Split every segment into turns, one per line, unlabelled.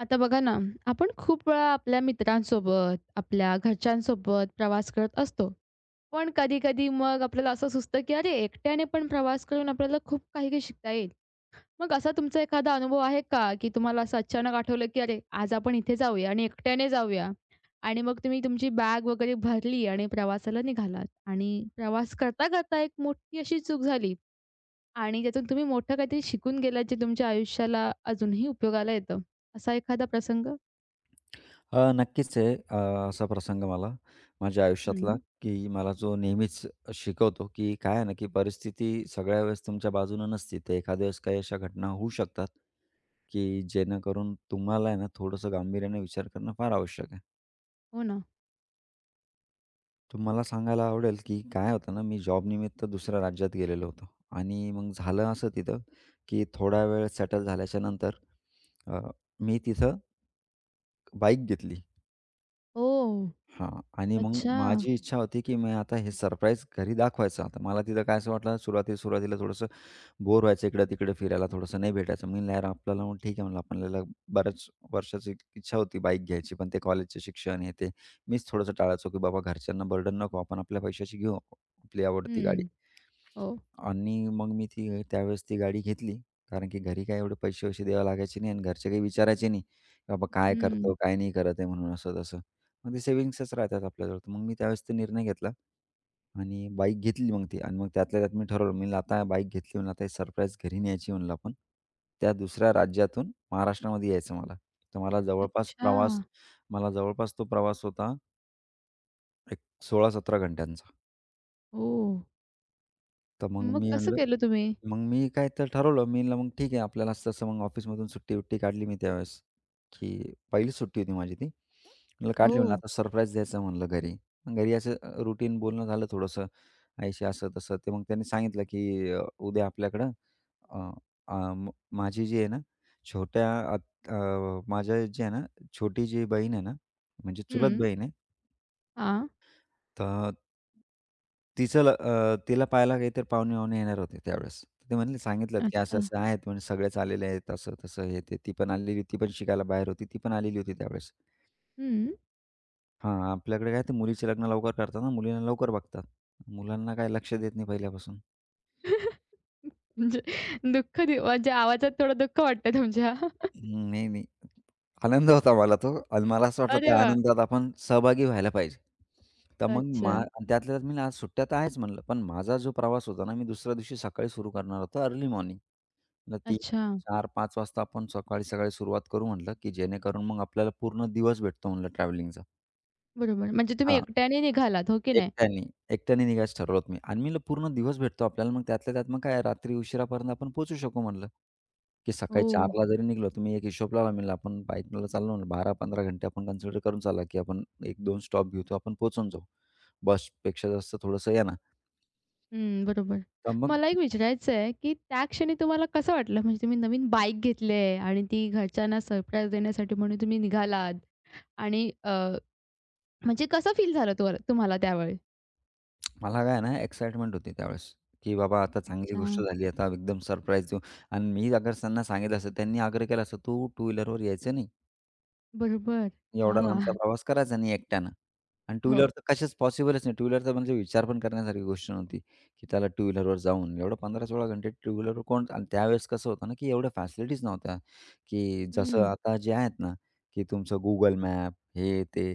आता बघा ना, आपण खूप वेळा आपल्या मित्रांसोबत, आपल्या घरच्यांसोबत प्रवास करत असतो. पण कधी-कधी मग आपल्याला असं सुचतं, की अरे एकट्याने पण प्रवास करून आपल्याला खूप काही-काही शिकता येईल. मग असा तुमचा एखादा अनुभव आहे का, की तुम्हाला असं अचानक आठवलं, की अरे आज आपण इथे जाऊया आणि एकट्याने जाऊया आणि मग तुम्ही तुमची बॅग वगैरे भरली आणि प्रवासाला निघालात आणि प्रवास करता-करता एक मोठी अशी चूक झाली आणि त्यातून तुम्ही मोठं काहीतरी शिकून गेलात, जे तुमच्या आयुष्याला अजूनही उपयोगाला येतं, असा एखादा प्रसंग?
नक्कीच आहे. असा प्रसंग मला माझ्या आयुष्यातला,
हं.
की मला जो नेहमीच शिकवतो, की काय आहे ना, की परिस्थिती सगळ्या वेळेस तुमच्या बाजूनं नसते. ते एखाद्या वेळेस काही अशा घटना होऊ शकतात, की जेणेकरून तुम्हाला आहे ना, थोडंसं गांभीर्याने विचार करणं फार आवश्यक आहे.
हो ना.
तर सांगायला आवडेल, की काय होतं ना, मी जॉबनिमित्त दुसऱ्या राज्यात गेलेलो होतो आणि मग झालं असं तिथं, की थोडा वेळ सेटल झाल्याच्यानंतर अ, मी तिथं बाईक घेतली.
ओह!
हां. आणि मग
अच्छा.
माझी इच्छा होती, की मी आता हे सरप्राईज घरी दाखवायचं. आता मला तिथं काय असं वाटलं, सुरुवाती सुरुवातीला थोडंसं बोर व्हायचं, इकडं-तिकडे फिरायला थोडंसं नाही भेटायचं. मी म्हणलं, "यार, आपल्याला मग ठीक आहे," म्हणलं, "आपल्याला बऱ्याच वर्षाची इच्छा होती बाईक घ्यायची, पण ते कॉलेजचे शिक्षण हे ते." मीच थोडंसं टाळायचो, की बाबा घरच्यांना बर्डन नको, आपण आपल्या पैशाची घेऊ आपली आवडती गाडी.
हं. हो.
आणि मग मी त्यावेळेस ती गाडी घेतली. कारण की घरी काय एवढे पैसे-वैसे द्यावे लागायचे नाही आणि घरचे काही विचारायचे नाही, की "बाबा काय
हं.
करतो, काय नाही करत आहे?" म्हणून असं-तसं. मग ते सेव्हिंग्सच राहतात आपल्याजवळ. तर मग मी त्यावेळेस तो निर्णय घेतला आणि बाईक घेतली मग ती आणि मग त्यातल्या त्यात मी ठरवलं, मी म्हणलं, "आता बाईक घेतली म्हणलं आता सरप्राईज घरी न्यायची" म्हणलं आपण. त्या दुसऱ्या राज्यातून महाराष्ट्रामध्ये यायचं मला. तर मला जवळपास
अच्छा.
प्रवास मला जवळपास तो प्रवास होता एक 16-17 घंट्यांचा.
ओह!
तर मग
मग
मी
कसं
म्हणलं
केलं तुम्ही?
मग मी काय तर ठरवलं, मी म्हणलं मग ठीक आहे आपल्याला असं-असं मग ऑफिसमधून सुट्टी-बिट्टी काढली मी त्यावेळेस, की पहिलीच सुट्टी होती माझी ती. म्हणलं हं. काढली
ओह!
म्हणलं आता सरप्राईज द्यायचं म्हणलं घरी. मग घरी असं रुटीन बोलणं झालं थोडंसं आईशी असं-तसं. ते मग त्यांनी सांगितलं, की उद्या आपल्याकडं अ, अ, म माझी जी आहे ना छोट्या आत अ, माझ्या जी आहे ना छोटी जी बहीण आहे ना, म्हणजे चुलत
हं.
बहीण आहे.
हां.
तर तिला पाहायला काहीतरी पाहुणे-वाहुणे येणार होते त्यावेळेस. ते म्हणले सांगितलं की
अच्छा.
असं-असं आहेत म्हणजे सगळेच आलेले आहेत, असं-तसं, हे ते. ती पण शिकायला बाहेर होती. ती पण आलेली होती त्यावेळेस.
हं.
हां, आपल्याकडे काय ते मुलीचे लग्न लवकर करतात ना, मुलींना लवकर बघतात. मुलांना काय लक्ष देत नाही पहिल्यापासून.
म्हणजे दुःख दि म्हणजे आवाजात थोडं दुःख वाटतंय तुमच्या.
हं, नाही, नाही. आनंद होता मला तो आणि मला असं वाटलं
अरे
त्या
वाह!
आनंदात आपण सहभागी व्हायला पाहिजे. तर मग मा
अच्छा.
आणि त्यातल्या त्यात मी म्हणलं, आज सुट्ट्या तर आहेच म्हणलं, पण माझा जो प्रवास होता ना, मी दुसऱ्या दिवशी सकाळी सुरू करणार होतो अर्ली मॉर्निंग. मग ती
अच्छा.
4-5 वाजता आपण सकाळी-सकाळी सुरुवात करू म्हटलं, की जेणेकरून मग आपल्याला पूर्ण दिवस भेटतो म्हटलं ट्रॅव्हलिंगचा.
बरोबर. म्हणजे तुम्ही
हां,
एकट्याने निघालात, हो की नाही?
एकट्याने, एकट्याने निघायचं ठरवलं होतं मी आणि मी म्हटलं पूर्ण दिवस भेटतो आपल्याला. मग त्यातल्या त्यात मग काय रात्री उशिरापर्यंत आपण पोहोचू शकू म्हटलं, की सकाळी
ओह!
4ला जरी निघालो तर मी एक हिशोब लावला म्हणलं आपण बाईकला चाललो म्हणलं 12-15 घंटे आपण कन्सिडर करून चालला, की आपण 1-2 स्टॉप घेऊ तर आपण पोहोचून जाऊ. बसपेक्षा जास्त थोडंसं या ना.
हं, बरोबर.
तर मग
मला एक विचारायचं आहे, की त्या क्षणी तुम्हाला कसं वाटलं? म्हणजे तुम्ही नवीन बाईक घेतली आहे आणि ती घरच्यांना सरप्राईज देण्यासाठी म्हणून तुम्ही निघालात आणि म्हणजे कसं फील झालं तुम्हाला तुम्हाला त्यावेळी?
मला काय ना एक्साइटमेंट होती त्यावेळेस, की बाबा आता चांगली
अच्छा.
गोष्ट झाली, आता एकदम सरप्राईज देऊ आणि मी अगर त्यांना सांगितलं असतं, त्यांनी आग्रह केला असता, "तू टू व्हीलरवर यायचं नाही.
बरोबर.
एवढा लांबचा
हां.
प्रवास करायचा नाही एकट्यानं आणि टू व्हीलर
हो.
तर कशाच पॉसिबलच नाही. टू व्हीलरचा म्हणजे विचार पण करण्यासारखी गोष्ट नव्हती, की त्याला टू व्हीलरवर जाऊन एवढं 15-16 घंटे टू व्हीलरवर कोण आणि त्यावेळेस कसं होतं ना, की एवढ्या फॅसिलिटीज नव्हत्या, की जसं
हं.
आता जे आहेत ना, की तुमचं Google मॅप हे ते,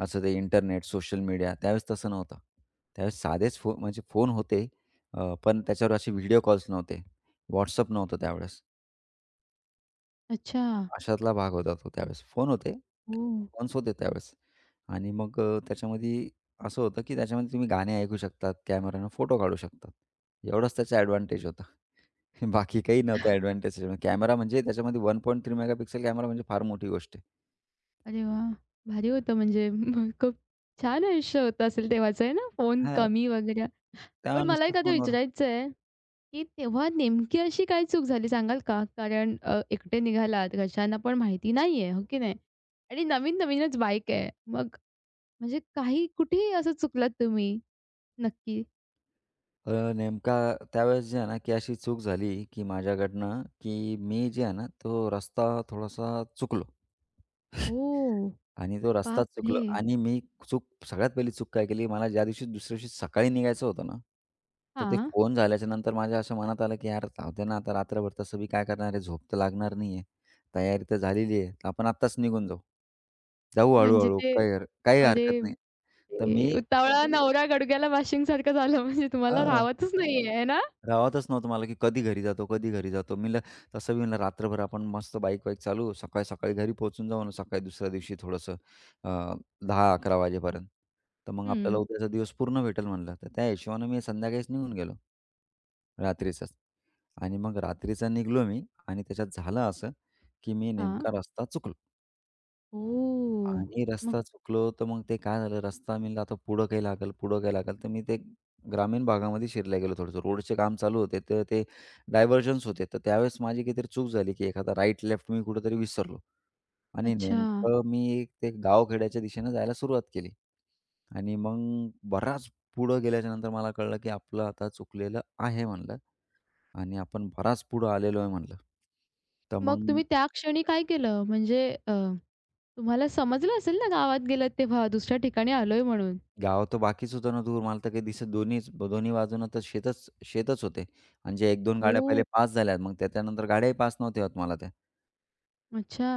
असं ते इंटरनेट, सोशल मीडिया त्यावेळेस तसं नव्हतं. त्यावेळेस साधेच फो म्हणजे फोन होते पण त्याच्यावर असे व्हिडिओ कॉल्स नव्हते. WhatsApp नव्हतं त्यावेळेस.
अच्छा.
अशातला भाग होता तो त्यावेळेस. फोन होते.
ओह!
फोन्स होते त्यावेळेस आणि मग त्याच्यामध्ये असं होतं, की त्याच्यामध्ये तुम्ही गाणे ऐकू शकतात, कॅमेरानं फोटो काढू शकतात. एवढाच त्याचा ॲडव्हांटेज होता. बाकी काही नव्हता ॲडव्हांटेज त्याच्यामध्ये. कॅमेरा म्हणजे त्याच्यामध्ये 1.3 मेगापिक्सल कॅमेरा म्हणजे फार मोठी गोष्ट आहे.
अरे वाह! भारी होतं म्हणजे मग खूप छान आयुष्य होतं असेल तेव्हाचं आहे ना? फोन
हां.
कमी वगैरे.
त्या
पण मला
नुसतं
एक आता
फोनवर.
विचारायचं आहे की तेव्हा नेमकी अशी काय चूक झाली सांगाल का? कारण एकटे निघालात, घरच्यांना पण माहिती नाहीये, हो की नाही? आणि नवीन-नवीनच बाईक आहे. मग म्हणजे काही कुठेही असं चुकलात तुम्ही नक्की?
नेमका त्यावेळेस जे आहे ना, की अशी चूक झाली, की माझ्याकडनं, की मी जे आहे ना, तो रस्ता थोडासा चुकलो.
ओह!
आणि तो रस्ताच
बापरे!
चुकलो आणि मी चूक सगळ्यात पहिली चूक काय केली, मला ज्या दिवशी दुसऱ्या दिवशी सकाळी निघायचं होतं ना, तर ते
हां.
फोन झाल्याच्या नंतर माझ्या असं मनात आलं, की यार जाऊ दे ना आता रात्रभर तसं बी काय करणार आहे, झोप तर लागणार नाही आहे. तयारी तर झालेली आहे, तर आपण आत्ताच निघून जाऊ. जाऊ
म्हणजे
हळू
ते
काही
अरे
हरकत
बापरे!
नाही. तर मी
उतावळा नवरा गुडघ्याला बाशिंगसारखं झालं म्हणजे तुम्हाला
हां.
राहवतच नाहीये, आहे ना?
राहतच नव्हतं मला, की कधी घरी जातो, कधी घरी जातो. मी म्हणलं तसं बी म्हणलं रात्रभर आपण मस्त बाईक-वाईक चालू, सकाळी-सकाळी घरी पोहोचून जाऊ ना, सकाळी दुसऱ्या दिवशी थोडंसं अ, 10-11 वाजेपर्यंत. तर मग आपल्याला
हं.
उद्याचा दिवस पूर्ण भेटेल म्हणलं. तर त्या हिशोबानं मी संध्याकाळीच निघून गेलो. रात्रीचाच आणि मग रात्रीचा निघालो मी आणि त्याच्यात झालं असं, की मी
हां.
नेमका रस्ता चुकलो.
ओह!
आणि
मग
रस्ता चुकलो, तर मग ते काय झालं, रस्ता मी म्हणलं आता पुढं काही लागेल, पुढं काही लागेल. तर मी ते ग्रामीण भागामध्ये शिरल्या गेलो थोडंसं. रोडचे काम चालू होते, तर ते डायव्हर्जन्स होते. तर त्यावेळेस माझी काहीतरी चूक झाली, की एखादा राईट, लेफ्ट मी कुठेतरी विसरलो आणि
अच्छा.
नेमकं मी ते गावखेड्याच्या दिशेनं जायला सुरुवात केली आणि मग बराच पुढं गेल्याच्या नंतर मला कळलं, की आपलं आता चुकलेलं आहे म्हणलं आणि आपण बराच पुढं आलेलो आहे म्हणलं. तर
मग
मग
तुम्ही त्या क्षणी काय केलं? म्हणजे तुम्हाला समजलं असेल ना गावात गेलात तेव्हा, दुसऱ्या ठिकाणी आलोय म्हणून?
गाव तर बाकीच होतं ना दूर. मला तर काही दिसत दोन्ही बाजूनं तर शेतच शेतच होते. आणि जे 1-2 गाड्या
ओह!
पहिले पास झाल्या. मग त्याच्यानंतर गाड्याही पास नव्हत्या होत मला त्या.
अच्छा.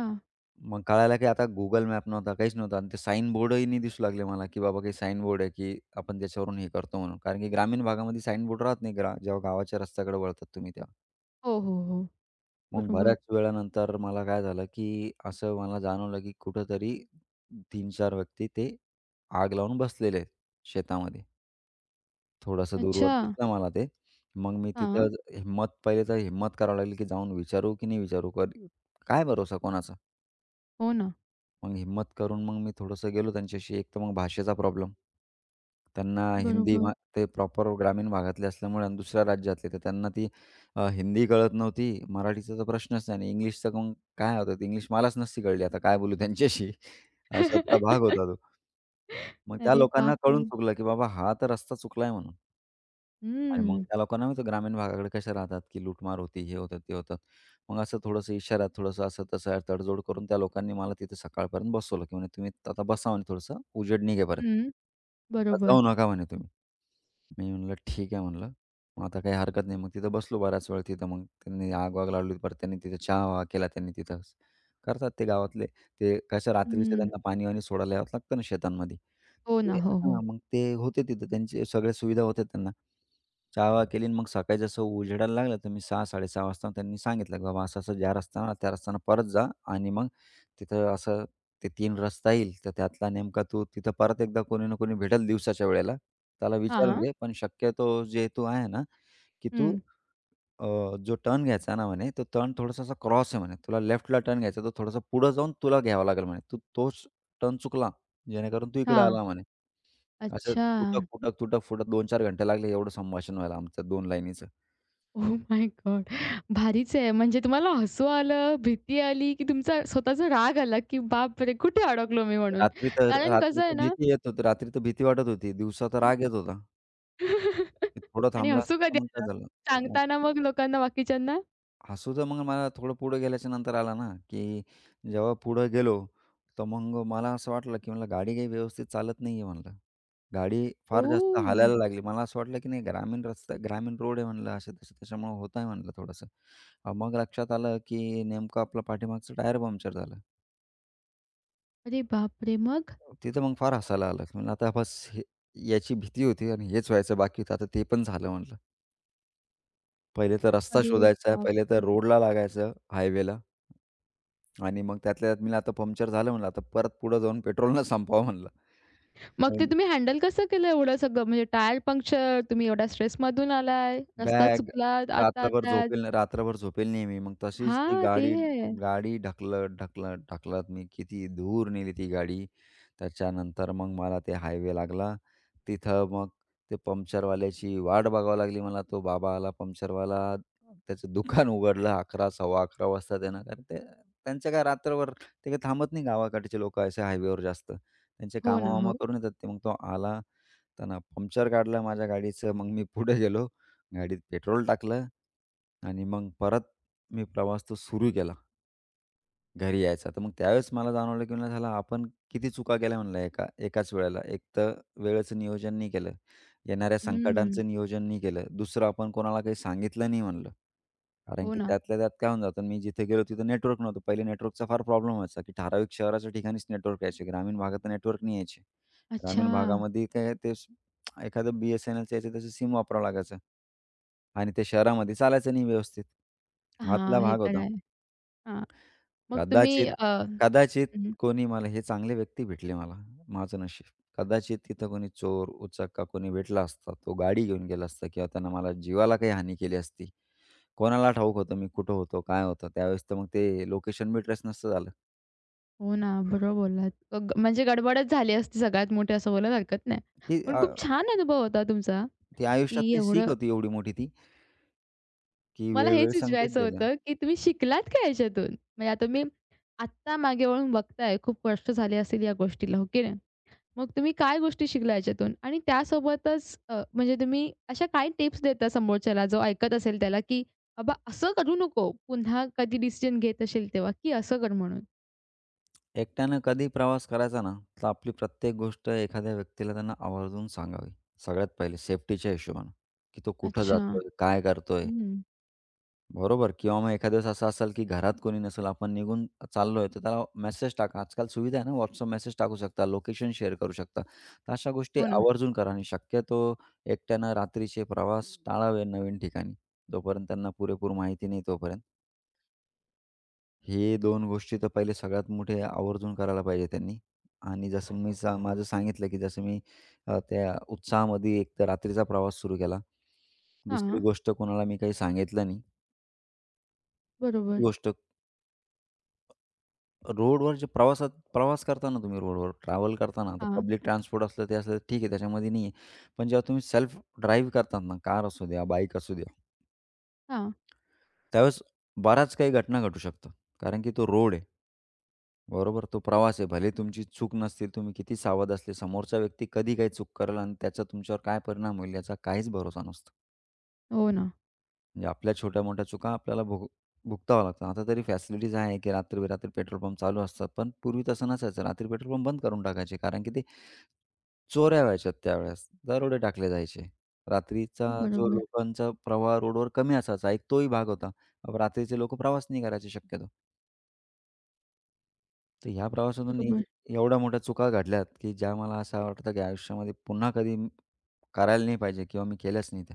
मग कळायला की आता Google मॅप नव्हता, काहीच नव्हतं आणि ते साइन बोर्डही नाही दिसू लागले मला, की बाबा काही साइन बोर्ड आहे, की आपण त्याच्यावरून हे करतो म्हणून. कारण की ग्रामीण भागामध्ये साइन बोर्ड राहत नाही, जेव्हा गावाच्या रस्त्याकडे वळतात तुम्ही तेव्हा.
हो, हो, हो.
मग
बरोबर.
बऱ्याच वेळानंतर मला काय झालं, की असं मला जाणवलं, की कुठेतरी 3-4 व्यक्ती ते आग लावून बसलेले आहेत शेतामध्ये. थोडंसं दूरवर
अच्छा.
दिसलं मला ते. मग मी
हां.
तिथं हिम्मत पहिले तर हिम्मत करावी लागली, की जाऊन विचारू की नाही विचारू? काय भरोसा कोणाचा?
हो ना.
मग हिम्मत करून मग मी थोडंसं गेलो त्यांच्याशी. एक तर मग भाषेचा प्रॉब्लेम. त्यांना हिंदी
बरोबर.
मा ते प्रॉपर ग्रामीण भागातले असल्यामुळे आणि दुसऱ्या राज्यातले, तर त्यांना ती हिंदी कळत नव्हती. मराठीचा तर प्रश्नच नाही आणि इंग्लिशचं मग काय होतं, इंग्लिश मलाच नसती कळली. आता काय बोलू त्यांच्याशी? अशातला भाग होता तो. मग त्या
अरे
लोकांना
बापरे!
कळून चुकलं, की बाबा हा तर रस्ता चुकलाय म्हणून. आणि मग
हं.
त्या लोकांना माहिती ग्रामीण भागाकडे कशा राहतात, की लूटमार होती, हे होतं, ते होतं. मग असं थोडंसं इशाऱ्यात, थोडंसं असं तसं तडजोड करून त्या लोकांनी मला तिथे सकाळपर्यंत बसवलं, की म्हणे तुम्ही आता बसा म्हणे थोडंसं उजेड निघेपर्यंत.
हं.
आता
बरोबर.
जाऊ नका म्हणे तुम्ही. मी म्हणलं ठीक आहे म्हणलं. मग आता काही हरकत नाही. मग तिथं बसलो बराच वेळ तिथं. मग त्यांनी आग-वाग लावली. परत त्यांनी तिथं चहा-वहा केला त्यांनी तिथंच. करतात ते गावातले. ते कसं रात्रीचं
हं.
त्यांना पाणी-वाणी सोडायला यावं लागतं ना शेतांमध्ये.
हो
ते
ना. हो, हो.
हां, मग ते होते तिथं. त्यांचे सगळ्या सुविधा होत्या त्यांना. चहा केली आणि मग सकाळी जसं उजेडायला लागलं, तर मी 6-6:30 वाजता त्यांनी सांगितलं, की "बाबा असं-असं ज्या रस्त्यानं आला, त्या रस्त्यानं परत जा आणि मग तिथं असं ते 3 रस्ता येईल, तर त्यातला नेमका तू तिथं परत एकदा कोणी ना कोणी भेटेल दिवसाच्या वेळेला, त्याला विचारून
हां.
घे. पण शक्यतो जे तू आहे ना, की तू
हं.
जो टर्न घ्यायचा ना," म्हणे, "तो टर्न थोडासा असा क्रॉस आहे," म्हणे, "तुला लेफ्टला टर्न घ्यायचा, तो थोडासा पुढं जाऊन तुला घ्यावा लागेल," म्हणे, "तू तोच टर्न चुकला, जेणेकरून तू इकडे
हां.
आला," म्हणे. असं
अच्छा.
तुटक, फुटक, तुटक, फुटक 2-4 घंटे लागले एवढं संभाषण व्हायला आमचं 2 लाईनीचं.
Oh my God! भारीच आहे. म्हणजे तुम्हाला हसू आलं, भीती आली, की तुमचा स्वतःचा राग आला, की बापरे! कुठे अडकलो मी म्हणून? कारण
रात्री
कसं आहे
तर
ना.
भीती येत होती. रात्री तर भीती वाटत होती. दिवसा तर राग येत होता. की थोडं
आणि
थांबला
हसू
असता
कधी
तर मग काय
आलं?
झालं. मग
सांगताना मग लोकांना बाकीच्यांना?
हसू तर मग मला थोडं पुढे गेल्याच्या नंतर आला ना, की जेव्हा पुढे गेलो, तर मग मला असं वाटलं, की म्हणलं गाडी काही व्यवस्थित चालत नाहीये म्हणलं. गाडी फार जास्त
ओह!
हालायला लागली. मला असं वाटलं, की नाही ग्रामीण रोड आहे म्हणलं असे-तसे त्याच्यामुळे होत आहे म्हणलं थोडंसं. मग लक्षात आलं, की नेमकं आपलं पाठीमागचं टायर पंक्चर झालं.
अरे बापरे! मग?
तिथं मग फार हसायला आलं, म्हणलं आता बस हे याची भीती होती आणि हेच व्हायचं बाकी होतं. आता ते पण झालं म्हटलं. पहिले तर रस्ता
अरे
शोधायचा आहे, पहिले तर
बापरे!
रोडला लागायचं हायवेला आणि मग त्यातल्या त्यात मी आता पंक्चर झालं म्हणलं, आता परत पुढे जाऊन पेट्रोल न संपवावं म्हणलं.
मग
मग
ते तुम्ही हँडल कसं केलं एवढं सगळं? म्हणजे टायर पंक्चर, तुम्ही एवढ्या स्ट्रेसमधून आलाय, रस्ता
बॅग
चुकला आता-आताच.
रात्रभर झोपेल नाही मी. मग तशीच ती
हां, ते
गाडी
आहे.
गाडी ढकलत, ढकलत, ढकलत मी किती दूर नेली ती गाडी. त्याच्यानंतर मग मला ते हायवे लागला. तिथं मग ते पंक्चरवाल्याची वाट बघावी लागली मला. तो बाबा आला पंक्चरवाला. त्याचं दुकान उघडलं 11 सव्वा-11 वाजता त्यानं. कारण ते त्यांचं काय रात्रभर ते काही थांबत नाही गावाकडचे लोकं असे हायवेवर जास्त. त्यांचे
हो ना,
कामं-वामं
हो.
करून येतात ते. मग तो आला, त्यानं पंक्चर काढलं माझ्या गाडीचं. मग मी पुढे गेलो. गाडीत पेट्रोल टाकलं आणि मग परत मी प्रवास तो सुरू केला. घरी यायचा. तर मग त्यावेळेस मला जाणवलं, की म्हणलं "झाला आपण किती चुका केल्या" म्हणलं एका एकाच वेळेला. एक तर वेळेचं नियोजन नाही केलं, येणाऱ्या
हं,
संकटांचं नियोजन नाही केलं, दुसरं आपण कोणाला काही सांगितलं नाही म्हणलं. कारण
हो
की
ना.
त्यातल्या त्यात काय होऊन जातं, मी जिथे गेलो तिथं नेटवर्क नव्हतं. पहिले नेटवर्कचा फार प्रॉब्लेम व्हायचा, की ठराविक शहराच्या ठिकाणीच नेटवर्क यायचे. ग्रामीण भागात नेटवर्क नाही यायचे.
अच्छा.
ग्रामीण भागामध्ये काय एखादं बी-एस-एन-एलचं यायचं त्याचं सिम वापरावं लागायचं आणि ते शहरामध्ये चालायचं नाही व्यवस्थित. आतला
हां, हे
भाग
तर
होता.
आहे. हां, मग तुम्ही
कदाचित, कदाचित
हं.
कोणी मला हे चांगले व्यक्ती भेटले मला. माझं नशीब. कदाचित तिथं कोणी चोर, उचक्का कोणी भेटला असता. तो गाडी घेऊन गेला असता किंवा त्यानं मला जीवाला काही हानी केली असती. कोणाला ठाऊक होतं मी कुठं होतो, काय होतं? त्यावेळेस तर मग ते लोकेशन बी ट्रेस नसतं झालं.
हो ना, बरोबर बोललात. अग म्हणजे गडबडच झाली असती सगळ्यात मोठी असं बोलायला हरकत नाही.
ती
पण
अ,
खूप छान अनुभव होता तुमचा.
ती
की
आयुष्यातली सीख
एवढं
होती एवढी मोठी ती, की
मला
वेळोवेळी
हेच
संकेत
विचारायचं
दिला.
होतं, की तुम्ही शिकलात काय याच्यातून? म्हणजे आता तुम्ही आत्ता मागे वळून बघताय, खूप वर्ष झाली असतील या गोष्टीला, हो की नाही? मग तुम्ही काय गोष्टी शिकला याच्यातून? आणि त्यासोबतच म्हणजे तुम्ही अशा काय टिप्स देता समोरच्याला जो ऐकत असेल त्याला, की "बाबा असं करू नको, पुन्हा कधी डिसिजन घेत असेल तेव्हा, की असं कर" म्हणून?
एकट्यानं कधी प्रवास करायचा ना, तर आपली प्रत्येक गोष्ट एखाद्या व्यक्तीला त्यांना आवर्जून सांगावी. सगळ्यात पहिले सेफ्टीच्या हिशोबानं, की तो कुठं
अच्छा.
जातोय, काय करतोय?
हं.
बरोबर किंवा मग एखाद्या वेळेस असं असेल, की घरात कोणी नसेल, आपण निघून चाललोय, तर त्याला मेसेज टाका. आजकाल सुविधा आहे ना, WhatsApp मेसेज टाकू शकता, लोकेशन शेअर करू शकता. तर अशा गोष्टी
हो ना.
आवर्जून करा आणि शक्यतो एकट्यानं रात्रीचे प्रवास टाळावे नवीन ठिकाणी, जोपर्यंत त्यांना पुरेपूर माहिती नाही तोपर्यंत. हे 2 गोष्टी तर पहिले सगळ्यात मोठे आवर्जून करायला पाहिजे त्यांनी. आणि जसं मी सा माझं सांगितलं, की जसं मी त्या उत्साहामध्ये एक तर रात्रीचा प्रवास सुरू केला. दुसरी
हां.
गोष्ट कोणाला मी काही सांगितलं नाही. ती
बरोबर.
गोष्ट रोडवर जे प्रवासात प्रवास करताना तुम्ही रोडवर ट्रॅव्हल करताना, आता
हां,
पब्लिक ट्रान्सपोर्ट असलं ते असलं ठीक आहे त्याच्यामध्ये नाही आहे. पण जेव्हा तुम्ही सेल्फ ड्राईव्ह करतात ना, कार असू द्या, बाईक असू द्या,
हां.
त्यावेळेस बऱ्याच काही घटना घटू शकतात. कारण की तो रोड आहे, बरोबर? तो प्रवास आहे. भले तुमची चूक नसतील, तुम्ही किती सावध असले, समोरचा व्यक्ती कधी काही चूक करेल आणि त्याचा तुमच्यावर काय परिणाम होईल याचा काहीच भरोसा नसतो.
हो ना.
म्हणजे आपल्या छोट्या-मोठ्या चुका आपल्याला भुगतावं लागतं. आता तरी फॅसिलिटीज आहे, की रात्रबेरात्री पेट्रोल पंप चालू असतात. पण पूर्वी तसं नसायचं. रात्री पेट्रोल पंप बंद करून टाकायचे. कारण की ते चोऱ्या व्हायच्या त्यावेळेस. दरोडे टाकले जायचे. रात्रीचा जो
बरोबर,
लोकांचा प्रवाह रोडवर कमी असायचा, एक तोही भाग होता. अब रात्रीचे लोकं प्रवास नाही करायचे शक्यतो. तर ह्या प्रवासातून मी
बरोबर.
एवढ्या मोठ्या चुका घडल्यात, की ज्या मला असं वाटतं, की आयुष्यामध्ये पुन्हा कधी करायला नाही पाहिजे किंवा मी केलंच नाही ते.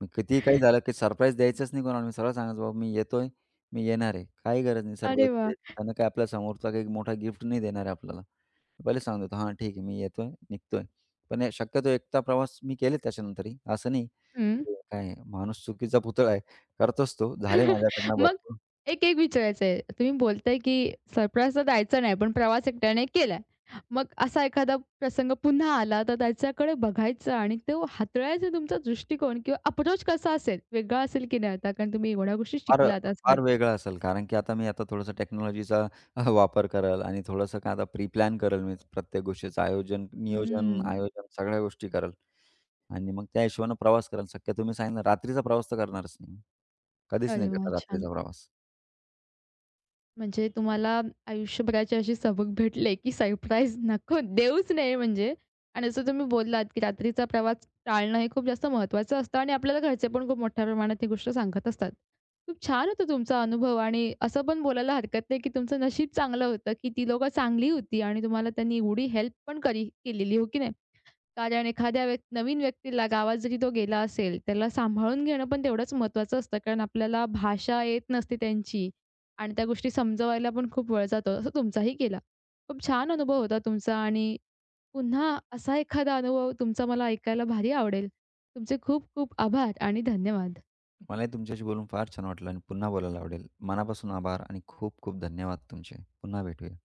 मी कितीही काही झालं, की सरप्राईज द्यायचंच नाही कोणाला. मी सरळ सांगायचं, "बाबा मी येतोय, मी येणार आहे." काही गरज नाही
अरे
सरप्राईज
वाह!
द्यायची. त्यांना काय आपल्या समोरचा काही मोठा गिफ्ट नाही देणार आहे आपल्याला. पहिले सांगून देतो, "हां, ठीक आहे, मी येतोय, निघतोय." पण हे शक्यतो एकटा प्रवास मी केले त्याच्यानंतरही. असं नाही,
हं.
काय माणूस चुकीचा पुतळा आहे. करतोच तो. झाले माझ्याकडनं
मग
भरपूर.
एक-एक विचारायचं आहे. तुम्ही बोलताय, की सरप्राईज तर द्यायचा नाही, पण प्रवास एकट्याने केलाय. मग असा एखादा प्रसंग पुन्हा आला, तर त्याच्याकडे बघायचं आणि तो हाताळायचा तुमचा दृष्टिकोन किंवा अप्रोच कसा असेल? वेगळा असेल की नाही आता? कारण तुम्ही एवढ्या गोष्टी
फार
शिकलात असं
फार
वाटतं.
वेगळा असेल, कारण की आता मी थोडंसं टेक्नॉलॉजीचा वापर करेल आणि थोडंसं काय आता प्री-प्लॅन करेल मी प्रत्येक गोष्टीचं
हं.
आयोजन सगळ्या गोष्टी करेल आणि मग त्या हिशोबानं प्रवास करेल. शक्यतो तुम्ही सांगितलं रात्रीचा प्रवास तर करणारच नाही. कधीच
अरे
नाही
वाह!
करणार
छान.
रात्रीचा प्रवास.
म्हणजे तुम्हाला आयुष्यभराची अशी सबक भेटले, की सरप्राईज नको देऊच नये म्हणजे. आणि जसं तुम्ही बोललात, की रात्रीचा प्रवास टाळणं हे खूप जास्त महत्त्वाचं असतं आणि आपल्याला घरचे पण खूप मोठ्या प्रमाणात ही गोष्ट सांगत असतात. खूप छान होता तुमचा अनुभव आणि असं पण बोलायला हरकत नाही, की तुमचं नशीब चांगलं होतं, की ती लोकं चांगली होती आणि तुम्हाला त्यांनी एवढी हेल्प पण करी केलेली, हो की नाही? कारण एखाद्या व्यक् नवीन व्यक्तीला गावात जरी तो गेला असेल, त्याला सांभाळून घेणं पण तेवढंच महत्त्वाचं असतं. कारण आपल्याला भाषा येत नसते त्यांची आणि त्या गोष्टी समजवायला पण खूप वेळ जातो. असं तुमचाही गेला. खूप छान अनुभव होता तुमचा आणि पुन्हा असा एखादा अनुभव तुमचा मला ऐकायला भारी आवडेल. तुमचे खूप खूप आभार आणि धन्यवाद.
मलाही तुमच्याशी बोलून फार छान वाटलं आणि पुन्हा बोलायला आवडेल. मनापासून आभार आणि खूप खूप धन्यवाद तुमचे. पुन्हा भेटूया.